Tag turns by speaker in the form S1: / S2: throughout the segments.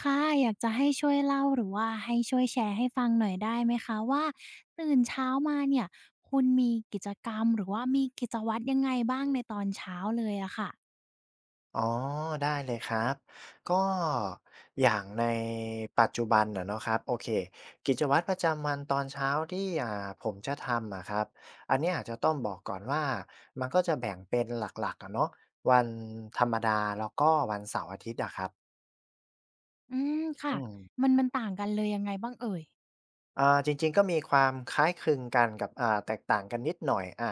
S1: ค่ะอยากจะให้ช่วยเล่าหรือว่าให้ช่วยแชร์ให้ฟังหน่อยได้ไหมคะว่าตื่นเช้ามาเนี่ยคุณมีกิจกรรมหรือว่ามีกิจวัตรยังไงบ้างในตอนเช้าเลยอะค่ะ
S2: อ๋อได้เลยครับก็อย่างในปัจจุบันอะเนาะครับโอเคกิจวัตรประจำวันตอนเช้าที่ผมจะทำอะครับอันเนี้ยอาจจะต้องบอกก่อนว่ามันก็จะแบ่งเป็นหลักๆอะเนาะวันธรรมดาแล้วก็วันเสาร์อาทิตย์อะครับ
S1: อืมค่ะ
S2: อืม
S1: มันต่างกันเลยยังไงบ้างเอ่ย
S2: จริงๆก็มีความคล้ายคลึงกันกับแตกต่างกันนิดหน่อย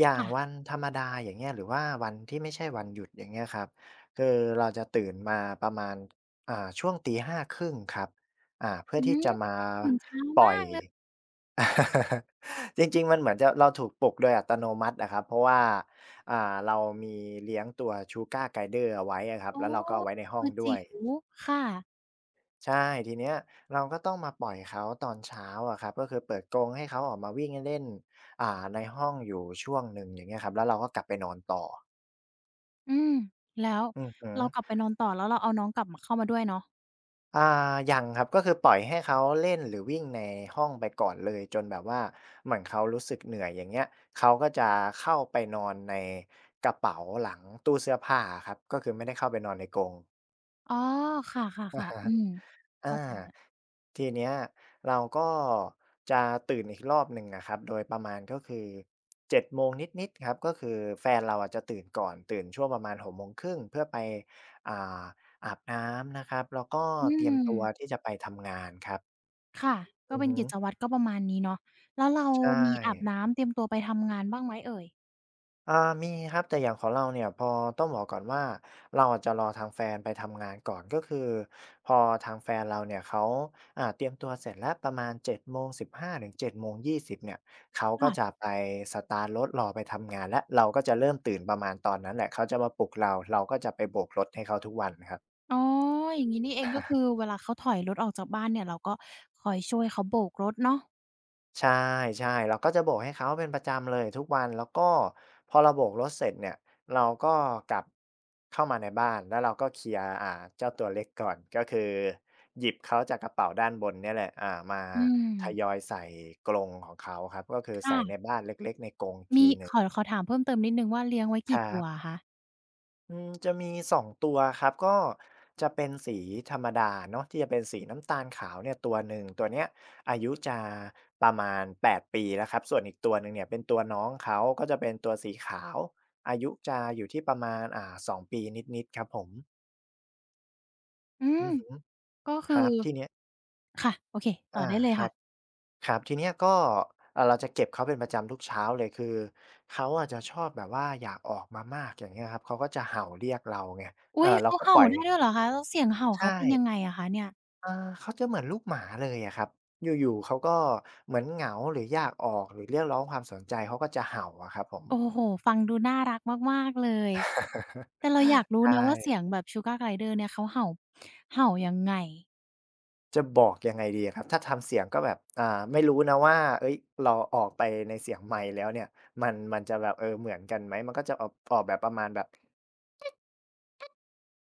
S2: อย่างวั
S1: ค่ะ
S2: นธรรมดาอย่างเงี้ยหรือว่าวันที่ไม่ใช่วันหยุดอย่างเงี้ยครับคือเราจะตื่นมาประมาณช่วงตีห้าครงครับเพื่
S1: อื
S2: อที่
S1: ม
S2: จะมา
S1: ตื่นเช้า
S2: ปล่อ
S1: มา
S2: ย
S1: กเลย
S2: จริงๆมันเหมือนจะเราถูกปลุกโดยอัตโนมัติอะครับเพราะว่าเรามีเลี้ยงตัว Sugar Glider เอาไว้อะครับ
S1: โอ้
S2: แล้วเราก็เอาไว้ในห้อ
S1: ตั
S2: ง
S1: ว
S2: ด้ว
S1: จิ๋
S2: ย
S1: วค่ะ
S2: ใช่ทีเนี้ยเราก็ต้องมาปล่อยเขาตอนเช้าอะครับก็คือเปิดกรงให้เขาออกมาวิ่งเล่นอ่าในห้องอยู่ช่วงหนึ่งอย่างเงี้ยครับแล้วเราก็กลับไปนอนต่อ
S1: อืมแล้ว
S2: อือฮึ
S1: เรากลับไปนอนต่อแล้วเราเอาน้องกลับมาเข้ามาด้วยเนาะ
S2: อ่ายังครับก็คือปล่อยให้เขาเล่นหรือวิ่งในห้องไปก่อนเลยจนแบบว่าเหมือนเขารู้สึกเหนื่อยอย่างเงี้ยเขาก็จะเข้าไปนอนในกระเป๋าหลังตู้เสื้อผ้าอะครับก็คือไม่ได้เข้าไปนอนในกรง
S1: อ๋อค่
S2: อะ
S1: ะๆ
S2: ฮะ
S1: ๆอืม
S2: อา
S1: เข้าใจแล้ว
S2: ทีเนี้ยเราก็จะตื่นอีกรอบหนึ่งอะครับโดยประมาณก็คือ7โมงนิดๆครับก็คือแฟนเราอะจะตื่นก่อนตื่นช่วงประมาณ6โมงครึ่งเพื่อไปอ่าอาบน้ำนะครับแล้วก็
S1: อื
S2: เตรียม
S1: ม
S2: ตัวที่จะไปทำงานครับ
S1: ค่ะก็
S2: อือ
S1: เป็น
S2: ฮึ
S1: กิจวัตรก็ประมาณนี้เนาะแล้วเรา
S2: ใช่
S1: มีอาบน้ำเตรียมตัวไปทำงานบ้างไหมเอ่ย
S2: อามีครับแต่อย่างของเราเนี่ยพอต้องบอกก่อนว่าเราอาจจะรอทางแฟนไปทำงานก่อนก็คือพอทางแฟนเราเนี่ยเขาเตรียมตัวเสร็จแล้วประมาณ7:15ถึงเจ็ดโมงยี่ส2 0เนี่ยเขาก็
S1: ค่ะ
S2: จะไปสตาร์ทรถรอไปทำงานและเราก็จะเริ่มตื่นประมาณตอนนั้นแหละเขาจะมาปลุกเราเราก็จะไปโบกรถให้เขาทุกวันครับ
S1: อ๋ออย่างงี้นี่เองก็คือ เวลาเขาถอยรถออกจากบ้านเนี่ยเราก็คอยช่วยเขาโบกรถเนาะ
S2: ใช่ๆเราก็จะโบกให้เขาเป็นประจำเลยทุกวันแล้วก็พอเราโบกรถเสร็จเนี่ยเราก็กลับเข้ามาในบ้านแล้วเราก็เคลียร์เจ้าตัวเล็กก่อนก็คือหยิบเขาจากกระเป๋าด้านบนเนี่ยแหละมา
S1: อื
S2: ทยอ
S1: ม
S2: ยใส่กรงของเขาครับก็คือ
S1: ค่ะ
S2: ใส่ในบ้านเล็กๆในกรง
S1: มี
S2: ทีห
S1: ข
S2: นึ่ง
S1: อขอถามเพิ่มเติมนิดหนึ่งว่าเลี้ยงไว้
S2: ค
S1: กี่
S2: รั
S1: ตัว
S2: บ
S1: อะคะ
S2: จะมี2ตัวครับก็จะเป็นสีธรรมดาเนาะที่จะเป็นสีน้ำตาลขาวเนี่ยตัวหนึ่งตัวเนี้ยอายุจะประมาณ8ปดปีแล้วครับส่วนอีกตัวหนึ่งเนี่ยเป็นตัวน้องเขาก็จะเป็นตัวสีขาวอายุจะอยู่ที่ประมาณ2ปีนิดๆครับผม
S1: อืม
S2: อือฮึ
S1: ก็
S2: ค
S1: คือ
S2: รับทีเนี้ย
S1: ค่ะโอเคต่อ
S2: อา
S1: ได้เลย
S2: ครั
S1: ค่ะ
S2: บครับทีเนี้ยก็เราจะเก็บเขาเป็นประจำทุกเช้าเลยคือเขาอะจะชอบแบบว่าอยากออกมามากอย่างเงี้ยครับเขาก็จะเห่าเรียกเราไงเอ
S1: อุ๊
S2: อ
S1: ย
S2: เรา
S1: เขา
S2: ก็ป
S1: เห่า
S2: ล่อย
S1: ได้ด้วยเหรอคะแล้วเสียงเห่าเขา
S2: ใช่
S1: เป็นยังไงอะคะเนี่ย
S2: อาเขาจะเหมือนลูกหมาเลยอะครับอยู่ๆเขาก็เหมือนเหงาหรืออยากออกหรือเรียกร้องความสนใจเขาก็จะเห่าอะครับผม
S1: โอ้โฮฟังดูน่ารักมากๆเลยแต่เราอยาก รู้
S2: ใช่
S1: นะว่าเสียงแบบ Sugar Glider เนี่ยเขาเห่ายังไง
S2: จะบอกยังไงดีอะครับถ้าทำเสียงก็แบบไม่รู้นะว่าเฮ้ยเราออกไปในเสียงไมค์แล้วเนี่ยมันจะแบบเหมือนกันไหมมันก็จะออกออกแบบประมาณแบบ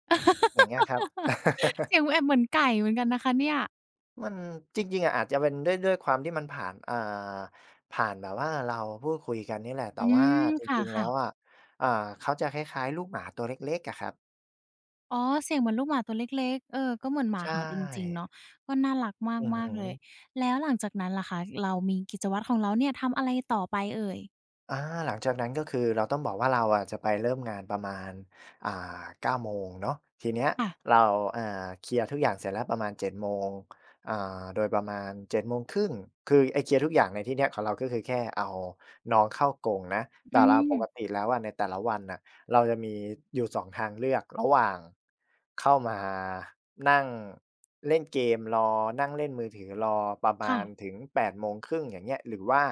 S2: อย่างเงี้ยครับ
S1: เสียงแอบเหมือนไก่เหมือนกันนะคะเนี่ย
S2: มันจริงๆอะอาจจะเป็นด้วยความที่มันผ่านแบบว่าเราพูดคุยกันนี่แหละ
S1: อื
S2: แต่ว่า
S1: ม
S2: จ
S1: ค
S2: ริงๆแล้
S1: ่ะ
S2: วอะ
S1: ๆ
S2: อ่าเขาจะคล้ายๆลูกหมาตัวเล็กๆอะครับ
S1: อ๋อเสียงเหมือนลูกหมาตัวเล็กๆเออก็เหมือนหมา
S2: ใช
S1: เห่าจริงๆ
S2: ่
S1: เนาะก็น่ารัก
S2: อือ
S1: มาก
S2: ฮึ
S1: ๆเลยแล้วหลังจากนั้นล่ะคะเรามีกิจวัตรของเราเนี่ยทำอะไรต่อไปเอ่ย
S2: อาหลังจากนั้นก็คือเราต้องบอกว่าเราอะจะไปเริ่มงานประมาณอ่า9โมงเนาะทีเนี้ย
S1: ค่ะ
S2: เราอ่าเคลียร์ทุกอย่างเสร็จแล้วประมาณเจ็ดโมงอ่าโดยประมาณ7 3งครึ่งคือไอ้เคลียร์ทุกอย่างในที่เนี้ยของเราก็คือแค่เอาน้องเข้ากรงนะแต่
S1: อื
S2: เรา
S1: ม
S2: ปกติแล้วอะในแต่ละวันน่ะ เราจะมีอยู่สองทางเลือกระหว่างเข้ามานั่งเล่นเกมรอนั่งเล่นมือถือรอประมาณ
S1: ค่ะ
S2: ถึง8่งอย่างเงี้ยหรือว่า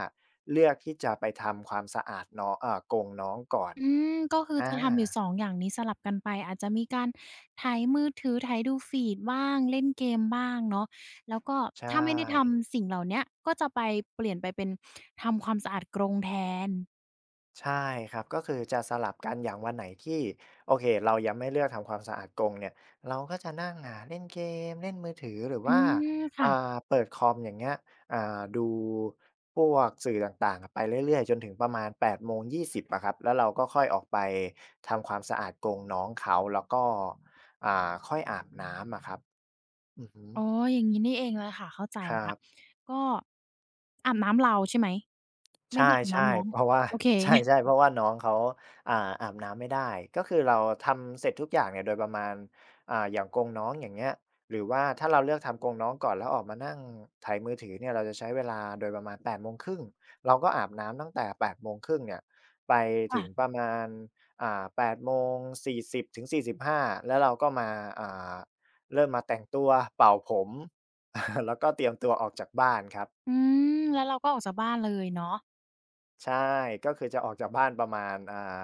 S2: เลือกที่จะไปทำความสะอาดน้องเอ่อกรงน้องก่อน
S1: อืมก็คือ
S2: อา
S1: จะทำอยู่2องอย่างนี้สลับกันไปอาจจะมีการไถมือถือไถดูฟีดบ้างเล่นเกมบ้างเนาะแล้วก็
S2: ใช
S1: ถ้าไม่ได้
S2: ่
S1: ทำสิ่งเหล่าเนี้ยก็จะเปลี่ยนไปเป็นทำความสะอาดกรงแทน
S2: ใช่ครับก็คือจะสลับกันอย่างวันไหนที่โอเคเรายังไม่เลือกทำความสะอาดกรงเนี่ยเราก็จะนั่งเล่นเกมเล่นมือถือหรือ
S1: อื
S2: ว่า
S1: ม
S2: อ่
S1: ค่ะ
S2: าเปิดคอมอย่างเงี้ยอ่าดูพวกสื่อต่างๆอะไปเรื่อยๆจนถึงประมาณ8:20อะครับแล้วเราก็ค่อยออกไปทำความสะอาดกรงน้องเขาแล้วก็อ่าค่อยอาบน้ำอะครับอือฮึ
S1: อ๋ออย่างงี้นี่เองเลยค่ะเข้าใจ
S2: ครั
S1: แล้ว
S2: บ
S1: ก็อาบน้ำเราใช่ไหมไม่
S2: ใช
S1: ได้อาบ
S2: ่
S1: น้ำน้อง
S2: ๆเพราะว่า
S1: โอเค
S2: ใช่ๆเพราะว่าน้องเขาอาบน้ำไม่ได้ก็คือเราทำเสร็จทุกอย่างเนี่ยโดยประมาณอย่างกรงน้องอย่างเงี้ยหรือว่าถ้าเราเลือกทำกรงน้องก่อนแล้วออกมานั่งไถมือถือเนี่ยเราจะใช้เวลาโดยประมาณ8โมงครึ่งเราก็อาบน้ำตั้งแต่8โมงครึ่งเนี่ยไปถึง
S1: ค่ะ
S2: ประมาณ8โมง40ถึง45แล้วเราก็มาอ่าเริ่มมาแต่งตัวเป่าผม แล้วก็เตรียมตัวออกจากบ้านครับ
S1: อืมแล้วเราก็ออกจากบ้านเลยเนาะ
S2: ใช่ ก็คือจะออกจากบ้านประมาณ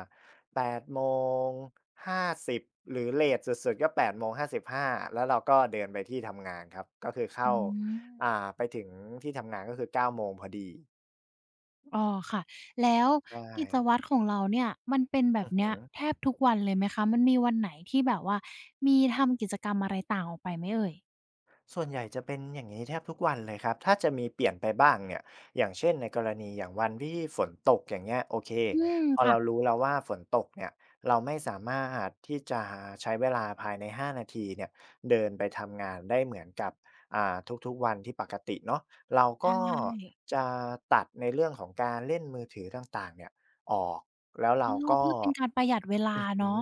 S2: 8โมง50 หรือเลตสุดๆก็8โมง55 แล้วเราก็เดินไปที่ทำงานครับ ก็คือ
S1: อื
S2: เข้า
S1: ม
S2: อ่าไปถึงที่ทำงานก็คือ9โมงพอดี
S1: อ๋อค่ะแล้ว
S2: ใช่
S1: กิจวัตรของเราเนี่ยมันเป็นแบบ
S2: อื
S1: เนี้ยแท
S2: อ
S1: บทุกวันเลยไหมคะมันมีวันไหนที่แบบว่ามีทำกิจกรรมอะไรต่างออกไปไหมเอ่ย
S2: ส่วนใหญ่จะเป็นอย่างนี้แทบทุกวันเลยครับถ้าจะมีเปลี่ยนไปบ้างเนี่ยอย่างเช่นในกรณีอย่างวันที่ฝนตกอย่างเงี้ยโอเค
S1: อืม
S2: พอเรา
S1: ค่ะ
S2: รู้แล้วว่าฝนตกเนี่ยเราไม่สามารถที่จะใช้เวลาภายในห้านาทีเนี่ยเดินไปทำงานได้เหมือนกับอ่าทุกๆวันที่ปกติเนาะเรา
S1: ใช
S2: ก็
S1: ่
S2: จะตัดในเรื่องของการเล่นมือถือต่างๆเนี่ยออกแล้ว
S1: อ๋
S2: เรา
S1: อ
S2: ก็
S1: เพื่อเป็นการประหยัดเวลา
S2: อือฮึ
S1: เนาะ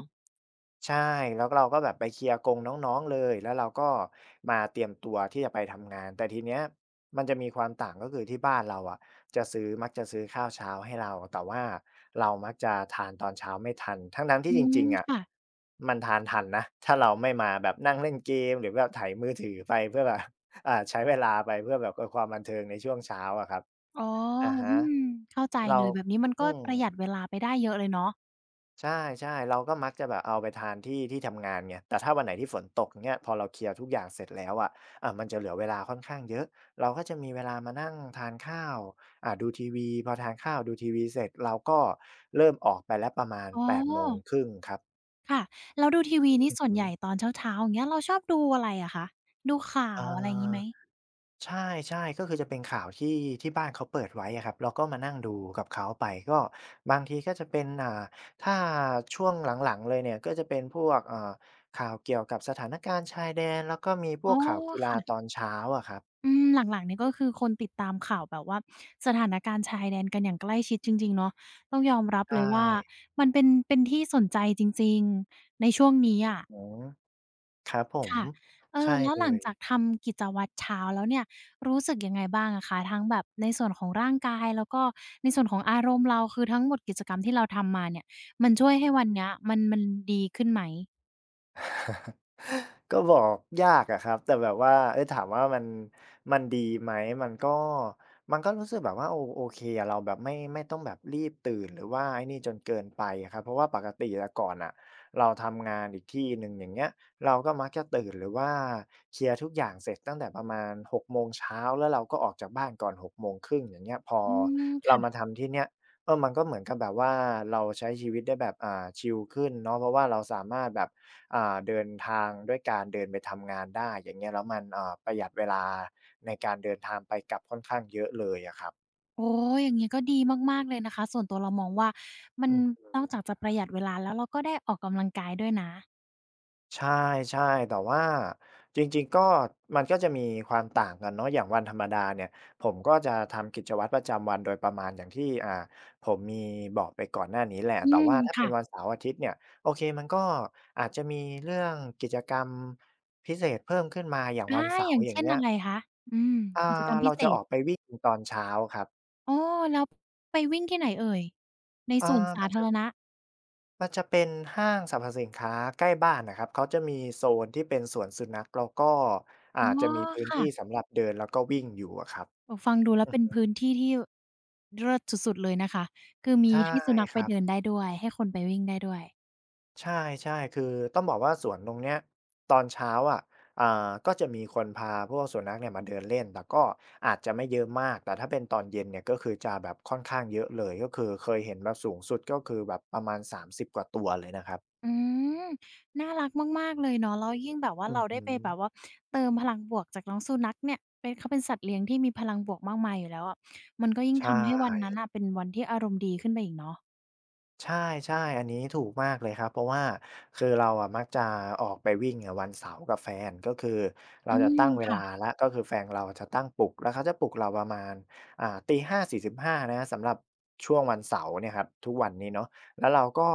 S2: ใช่แล้วเราก็แบบไปเคลียร์กงน้องๆเลยแล้วเราก็มาเตรียมตัวที่จะไปทำงานแต่ทีเนี้ยมันจะมีความต่างก็คือที่บ้านเราอะจะซื้อมักจะซื้อข้าวเช้าให้เราแต่ว่าเรามักจะทานตอนเช้าไม่ทันทั้งๆ
S1: อื
S2: ที่จริง
S1: ม
S2: ๆอะ
S1: ค่ะ
S2: มันทานทันนะถ้าเราไม่มาแบบนั่งเล่นเกมหรือแบบไถมือถือไปเพื่อแบบ ใช้เวลาไปเพื่อแบบความบันเทิงในช่วงเช้าอะครับ
S1: อ๋อ
S2: อะ
S1: อื
S2: ฮะ
S1: มเข้าใจ
S2: เรา
S1: เลยแบบนี้มันก็
S2: อืม
S1: ประหยัดเวลาไปได้เยอะเลยเนาะ
S2: ใช่ๆเราก็มักจะแบบเอาไปทานที่ที่ทำงานไงแต่ถ้าวันไหนที่ฝนตกเงี้ยพอเราเคลียร์ทุกอย่างเสร็จแล้วอะมันจะเหลือเวลาค่อนข้างเยอะเราก็จะมีเวลามานั่งทานข้าวดูทีวีพอทานข้าวดูทีวีเสร็จเราก็เริ่มออกไปแล้วประมาณ
S1: อ๋
S2: 8โมง
S1: อ
S2: ครึ่งครับ
S1: ค่ะแล้วดูทีวีนี่
S2: อือ
S1: ส่วน
S2: ฮึ
S1: ใหญ่ตอนเช้าๆอย่างเงี้ยเราชอบดูอะไรอะคะดูข่า
S2: อา
S1: วอะไรงี้ไหม
S2: ใช่ๆก็คือจะเป็นข่าวที่ที่บ้านเขาเปิดไว้อะครับเราก็มานั่งดูกับเขาไปก็บางทีก็จะเป็นถ้าช่วงหลังๆเลยเนี่ยก็จะเป็นพวกข่าวเกี่ยวกับสถานการณ์ชายแดนแล้วก็มีพ
S1: อ๋
S2: ว
S1: อ
S2: กข่าวกีฬาตอ
S1: ค่ะ
S2: นเช้าอะครับ
S1: อืมหลังๆนี่ก็คือคนติดตามข่าวแบบว่าสถานการณ์ชายแดนกันอย่างใกล้ชิดจริงๆเนาะต้องยอมรับ
S2: ใช่
S1: เลยว่ามันเป็นที่สนใจจริงๆในช่วงนี้อะ
S2: อือครับผม
S1: ค่ะเออ
S2: ใช่
S1: แล้ว
S2: เล
S1: หลัง
S2: ย
S1: จากทำกิจวัตรเช้าแล้วเนี่ยรู้สึกยังไงบ้างอะคะทั้งแบบในส่วนของร่างกายแล้วก็ในส่วนของอารมณ์เราคือทั้งหมดกิจกรรมที่เราทำมาเนี่ยมันช่วยให้วันเนี้ยมันดีขึ้นไหม
S2: ก็บอกยากอะครับแต่แบบว่าเออถามว่ามันดีไหมมันก็รู้สึกแบบว่าโอเคอะเราแบบไม่ต้องแบบรีบตื่นหรือว่าไอ้นี่จนเกินไปอะครับเพราะว่าปกติแต่ก่อนอะเราทำงานอีกที่หนึ่งอย่างเงี้ยเราก็มักจะตื่นหรือว่าเคลียร์ทุกอย่างเสร็จตั้งแต่ประมาณ6โมงเช้าแล้วเราก็ออกจากบ้านก่อนหกโมงครึ่งอย่างเงี้ยพอ
S1: อืม
S2: เรามา
S1: ค่ะ
S2: ทำที่เนี้ยเออมันก็เหมือนกับแบบว่าเราใช้ชีวิตได้แบบชิลขึ้นเนาะเพราะว่าเราสามารถแบบ อ่าเดินทางด้วยการเดินไปทำงานได้อย่างเงี้ยแล้วมันประหยัดเวลาในการเดินทางไปกลับค่อนข้างเยอะเลยอะครับ
S1: โอ้ยอย่างงี้ก็ดีมากๆเลยนะคะส่วนตัวเรามองว่ามัน
S2: อืม
S1: นอกจากจะประหยัดเวลาแล้วเราก็ได้ออกกำลังกายด้วยนะ
S2: ใช่ๆแต่ว่าจริงๆก็มันก็จะมีความต่างกันเนาะอย่างวันธรรมดาเนี่ยผมก็จะทำกิจวัตรประจำวันโดยประมาณอย่างที่ผมมีบอกไปก่อนหน้านี้แหละ
S1: อื
S2: แต่
S1: ม
S2: ว่าถ้าเป็
S1: ค่ะ
S2: นวันเสาร์อาทิตย์เนี่ยโอเคมันก็อาจจะมีเรื่องกิจกรรมพิเศษเพิ่มขึ้นมาอย่าง
S1: อา
S2: วันเสา
S1: อ
S2: ร์
S1: ย่าง
S2: อย่าง
S1: เช่น
S2: เงี้ย
S1: อะไรคะอืม
S2: อ่
S1: กิจกร
S2: า
S1: รมพิ
S2: เรา
S1: เศ
S2: จะอ
S1: ษ
S2: อกไปวิ่งตอนเช้าครับ
S1: อ๋อแล้วไปวิ่งที่ไหนเอ่ยใน
S2: เออ
S1: สวนสา
S2: มัน
S1: ธา
S2: จะ
S1: รณะ
S2: เป็นห้างสรรพสินค้าใกล้บ้านน่ะครับเขาจะมีโซนที่เป็นสวนสุนัขแล้วก็
S1: อ๋อ
S2: จะมีพื้น
S1: ค่ะ
S2: ที่สำหรับเดินแล้วก็วิ่งอยู่อะครับ
S1: โอ้ฟังดูแล้ว
S2: อื
S1: เป็น
S2: อ
S1: พื้นที่ที่เลิศสุดๆเลยนะคะคือมี
S2: ใช่
S1: ให้สุนัข
S2: ค
S1: ไป
S2: รับ
S1: เดินได้ด้วยให้คนไปวิ่งได้ด้วย
S2: ใช่ๆคือต้องบอกว่าสวนตรงเนี้ยตอนเช้าอะอ่าก็จะมีคนพาพวกสุนัขเนี่ยมาเดินเล่นแต่ก็อาจจะไม่เยอะมากแต่ถ้าเป็นตอนเย็นเนี่ยก็คือจะแบบค่อนข้างเยอะเลยก็คือเคยเห็นแบบสูงสุดก็คือแบบประมาณ30กว่าตัวเลยนะครับ
S1: อืม น่ารักมากๆเลยเนาะแล้วยิ่งแบบว่า
S2: อื
S1: เรา
S2: อ
S1: ได้
S2: ฮึ
S1: ไปแบบว่าเติมพลังบวกจากน้องสุนัขเนี่ยเขาเป็นสัตว์เลี้ยงที่มีพลังบวกมากมายอยู่แล้วอะมันก็ยิ่ง
S2: ใช
S1: ทำให้วันนั้น
S2: ่
S1: น่ะเป็นวันที่อารมณ์ดีขึ้นไปอีกเนาะ
S2: ใช่ๆอันนี้ถูกมากเลยครับเพราะว่าคือเราอะมักจะออกไปวิ่งอะวันเสาร์กับแฟนก็คือ
S1: อื
S2: เราจะ
S1: ม
S2: ตั้งเว
S1: ค่ะ
S2: ลาแล้วก็คือแฟนเราจะตั้งปลุกแล้วเขาจะปลุกเราประมาณตีห้าสี่สิบ5 4 5นะครับสำหรับช่วงวันเสาร์เนี่ยครับทุกวันนี้เนาะแล้วเราก็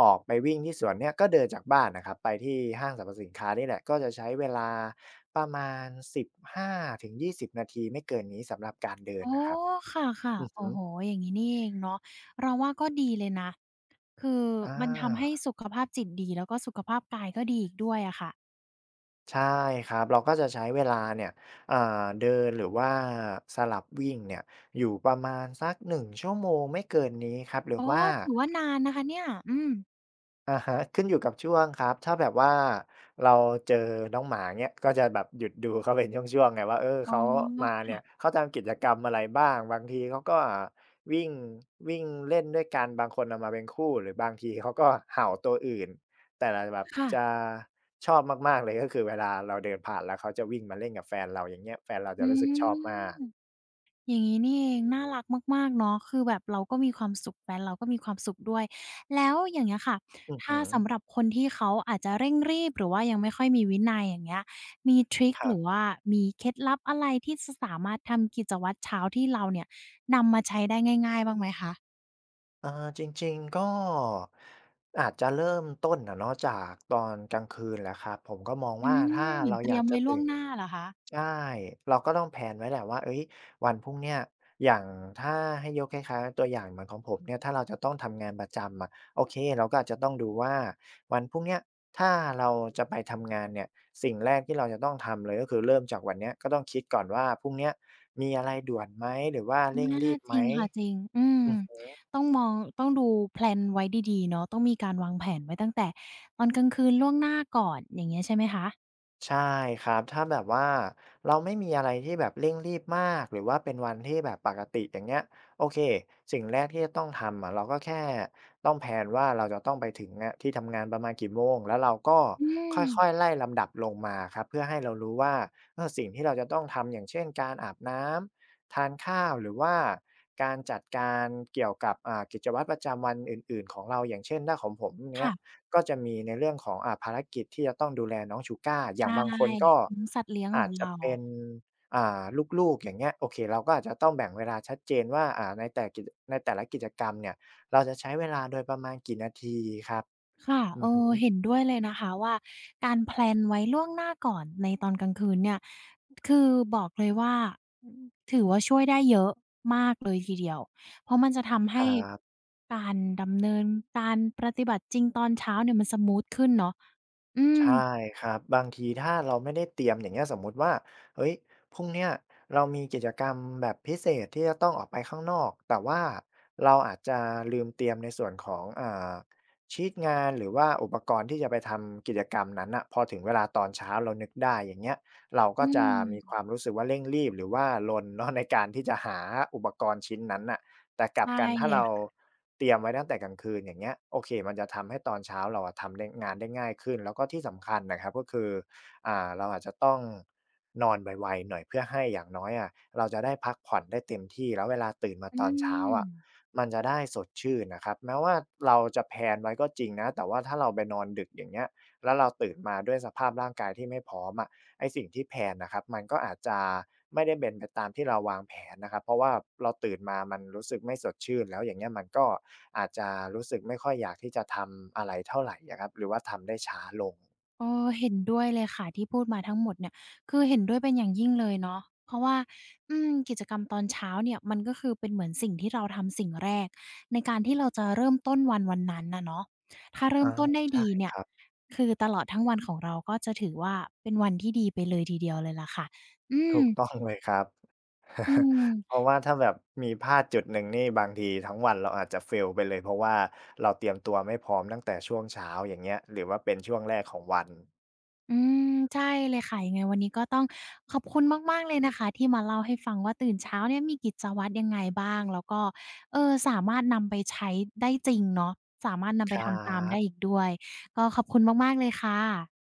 S2: ออกไปวิ่งที่สวนเนี่ยก็เดินจากบ้านน่ะครับไปที่ห้างสรรพสินค้านี่แหละก็จะใช้เวลาประมาณ1าถึง20นาทีไม่เกินนี้สำหรับการเดิ
S1: อ๋
S2: น
S1: อ
S2: น่ะครับ
S1: ค่ะ
S2: อือ
S1: ๆ
S2: ฮึ
S1: โอ้โฮอย่างงี้นี่เองเนาะเราว่าก็ดีเลยนะคือ
S2: อา
S1: มันทำให้สุขภาพจิตดีแล้วก็สุขภาพกายก็ดีอีกด้วยอะค่ะ
S2: ใช่ครับ เราก็จะใช้เวลาเนี่ยเอ่อเดินหรือว่าสลับวิ่งเนี่ย อยู่ประมาณสัก1ชั่วโมงไม่เกินนี้ครับ หรือ
S1: อ๋อ
S2: ว่า
S1: ถือว่านานนะคะเนี่ยอืม
S2: อะฮะขึ้นอยู่กับช่วงครับถ้าแบบว่าเราเจอน้องหมาเงี้ยก็จะแบบหยุดดูเขาเป็นช่วงๆไงว่าเออ
S1: อ๋อ
S2: เขามาเนี่ย
S1: ค่ะ
S2: เขาทำกิจกรรมอะไรบ้างบางทีเขาก็วิ่งวิ่งเล่นด้วยกันบางคนเอามาเป็นคู่หรือบางทีเขาก็เห่าตัวอื่น แต่ละแบบ
S1: ค่ะ
S2: จะชอบมากๆเลยก็คือเวลาเราเดินผ่านแล้วเขาจะวิ่งมาเล่นกับแฟนเราอย่างเงี้ยแฟนเราจะ
S1: อื
S2: รู้สึกชอบมาก
S1: ม อย่างนี้นี่เองน่ารักมากๆเนาะคือแบบเราก็มีความสุขแฟนเราก็มีความสุขด้วยแล้วอย่างเงี้ยค่ะ
S2: อือ
S1: ถ้า
S2: ฮึ
S1: สำหรับคนที่เขาอาจจะเร่งรีบหรือว่ายังไม่ค่อยมีวินัยอย่างเงี้ยมีทริก
S2: ครั
S1: ห
S2: บ
S1: รือว่ามีเคล็ดลับอะไรที่จะสามารถทำกิจวัตรเช้าที่เราเนี่ยนำมาใช้ได้ง่ายๆ บ้างไหมคะ
S2: เออจริงๆก็อาจจะเริ่มต้นอะเนาะจากตอนกลางคืนแหละครับผมก็มอง
S1: อื
S2: ว่าถ้า
S1: มเหมือน
S2: เรา
S1: เต
S2: อ
S1: รีย
S2: ยา
S1: ม
S2: กจะ
S1: ไว้ล่วง
S2: ตื่น
S1: หน้าเหรอคะ
S2: ใช่เราก็ต้องแพนไว้แหละว่าเอ้ยวันพรุ่งเนี้ยอย่างถ้าให้ยกคล้ายๆตัวอย่างเหมือนของผมเนี่ยถ้าเราจะต้องทำงานประจำอะโอเคเราก็อาจจะต้องดูว่าวันพรุ่งเนี้ยถ้าเราจะไปทำงานเนี่ยสิ่งแรกที่เราจะต้องทำเลยก็คือเริ่มจากวันเนี้ยก็ต้องคิดก่อนว่าพรุ่งเนี้ยมีอะไรด่วนไหมหรือว่า
S1: อ
S2: เร่งรี
S1: า
S2: บ
S1: จ
S2: ไหม
S1: ริงค่ะจริงอืมต้องต้องดูแพลนไว้ดีๆเนาะต้องมีการวางแผนไว้ตั้งแต่ตอนกลางคืนล่วงหน้าก่อนอย่างเงี้ยใช่ไหมคะ
S2: ใช่ครับถ้าแบบว่าเราไม่มีอะไรที่แบบเร่งรีบมากหรือว่าเป็นวันที่แบบปกติอย่างเงี้ยโอเคสิ่งแรกที่จะต้องทำอะเราก็แค่ต้องแพลนว่าเราจะต้องไปถึงอะที่ทำงานประมาณกี่โมงแล้วเราก็
S1: อื
S2: ค
S1: ม
S2: ่อยๆไล่ลำดับลงมาครับเพื่อให้เรารู้ว่าเออสิ่งที่เราจะต้องทำอย่างเช่นการอาบน้ำทานข้าวหรือว่าการจัดการเกี่ยวกับกิจวัตรประจำวันอื่นๆของเราอย่างเช่นถ้าของผมเนี้ย
S1: ค่ะ
S2: ก็จะมีในเรื่องของภารกิจที่จะต้องดูแลน้องชูก้าอย่า
S1: ใช่
S2: งบางคนก็
S1: อืมสัตว์เลี้ยงข
S2: อา
S1: อง
S2: จจะ
S1: เรา
S2: เป็นอ่าลูกๆอย่างเงี้ยโอเคเราก็อาจจะต้องแบ่งเวลาชัดเจนว่าในแต่ละกิจกรรมเนี่ยเราจะใช้เวลาโดยประมาณกี่นาทีครับ
S1: ค่ะ
S2: อื
S1: เอ
S2: อฮึ
S1: อเห็นด้วยเลยนะคะว่าการแพลนไว้ล่วงหน้าก่อนในตอนกลางคืนเนี่ย คือบอกเลยว่าอืมถือว่าช่วยได้เยอะมากเลยทีเดียว เพราะมันจะทำ
S2: ค
S1: ให้
S2: รับ
S1: การดำเนินการปฏิบัติจริงตอนเช้าเนี่ยมันสมูทขึ้นเนาะอืม
S2: ใช่ครับบางทีถ้าเราไม่ได้เตรียมอย่างเงี้ยสมมุติว่าเฮ้ยพรุ่งเนี้ยเรามีกิจกรรมแบบพิเศษที่จะต้องออกไปข้างนอกแต่ว่าเราอาจจะลืมเตรียมในส่วนของชีตงานหรือว่าอุปกรณ์ที่จะไปทำกิจกรรมนั้นน่ะพอถึงเวลาตอนเช้าเรานึกได้อย่างเงี้ยเรา
S1: อื
S2: ก็จะมีค
S1: ม
S2: วามรู้สึกว่าเร่งรีบหรือว่าลนเนาะ ในการที่จะหาอุปกรณ์ชิ้นนั้นน่ะ แต่กลับ
S1: ใช่
S2: กันถ้า
S1: เลย
S2: เรา
S1: ค่ะ
S2: เตรียมไว้ตั้งแต่กลางคืนอย่างเงี้ยโอเคมันจะทำให้ตอนเช้าเราอะทำได้งานได้ง่ายขึ้นแล้วก็ที่สำคัญนะครับก็คือเราอาจจะต้องนอนไวๆหน่อยเพื่อให้อย่างน้อยอะเราจะได้พักผ่อนได้เต็มที่แล้วเวลาตื่นมา
S1: อื
S2: ตอนเช้า
S1: ม
S2: อะมันจะได้สดชื่นนะครับแม้ว่าเราจะแพลนไว้ก็จริงนะแต่ว่าถ้าเราไปนอนดึกอย่างเงี้ยแล้วเราตื่นมาด้วยสภาพร่างกายที่ไม่พร้อมอะ ไอ้สิ่งที่แพลนนะครับมันก็อาจจะไม่ได้เป็นไปตามที่เราวางแผนนะครับเพราะว่าเราตื่นมามันรู้สึกไม่สดชื่นแล้วอย่างเงี้ยมันก็อาจจะรู้สึกไม่ค่อยอยากที่จะทำอะไรเท่าไรอะครับหรือว่าทำได้ช้าลง
S1: เออเห็นด้วยเลยค่ะที่พูดมาทั้งหมดเนี่ยคือเห็นด้วยเป็นอย่างยิ่งเลยเนาะเพราะว่าอืมกิจกรรมตอนเช้าเนี่ยมันก็คือเป็นเหมือนสิ่งที่เราทำสิ่งแรกในการที่เราจะเริ่มต้นวันนั้นนะเนาะถ้าเริ่
S2: อา
S1: มต้นได้
S2: ใช่
S1: ดีเนี่
S2: ค
S1: ย
S2: รับ
S1: คือตลอดทั้งวันของเราก็จะถือว่าเป็นวันที่ดีไปเลยทีเดียวเลยล่ะค่ะอืม
S2: ถูกต้องเลยครับ
S1: อื
S2: เพ
S1: ม
S2: ราะว่าถ้าแบบมีพลาดจุดหนึ่งนี่บางทีทั้งวันเราอาจจะ fail ไปเลยเพราะว่าเราเตรียมตัวไม่พร้อมตั้งแต่ช่วงเช้าอย่างเงี้ยหรือว่าเป็นช่วงแรกของวัน
S1: อืมใช่เลยค่ะยังไงวันนี้ก็ต้องขอบคุณมากๆเลยนะคะที่มาเล่าให้ฟังว่าตื่นเช้าเนี่ยมีกิจวัตรยังไงบ้างแล้วก็เออสามารถนำไปใช้ได้จริงเนาะสามารถนำ
S2: ค
S1: ไป
S2: รั
S1: ทำตามได้อีก
S2: บ
S1: ด้วยก็ขอบคุณมากๆเลยค่ะ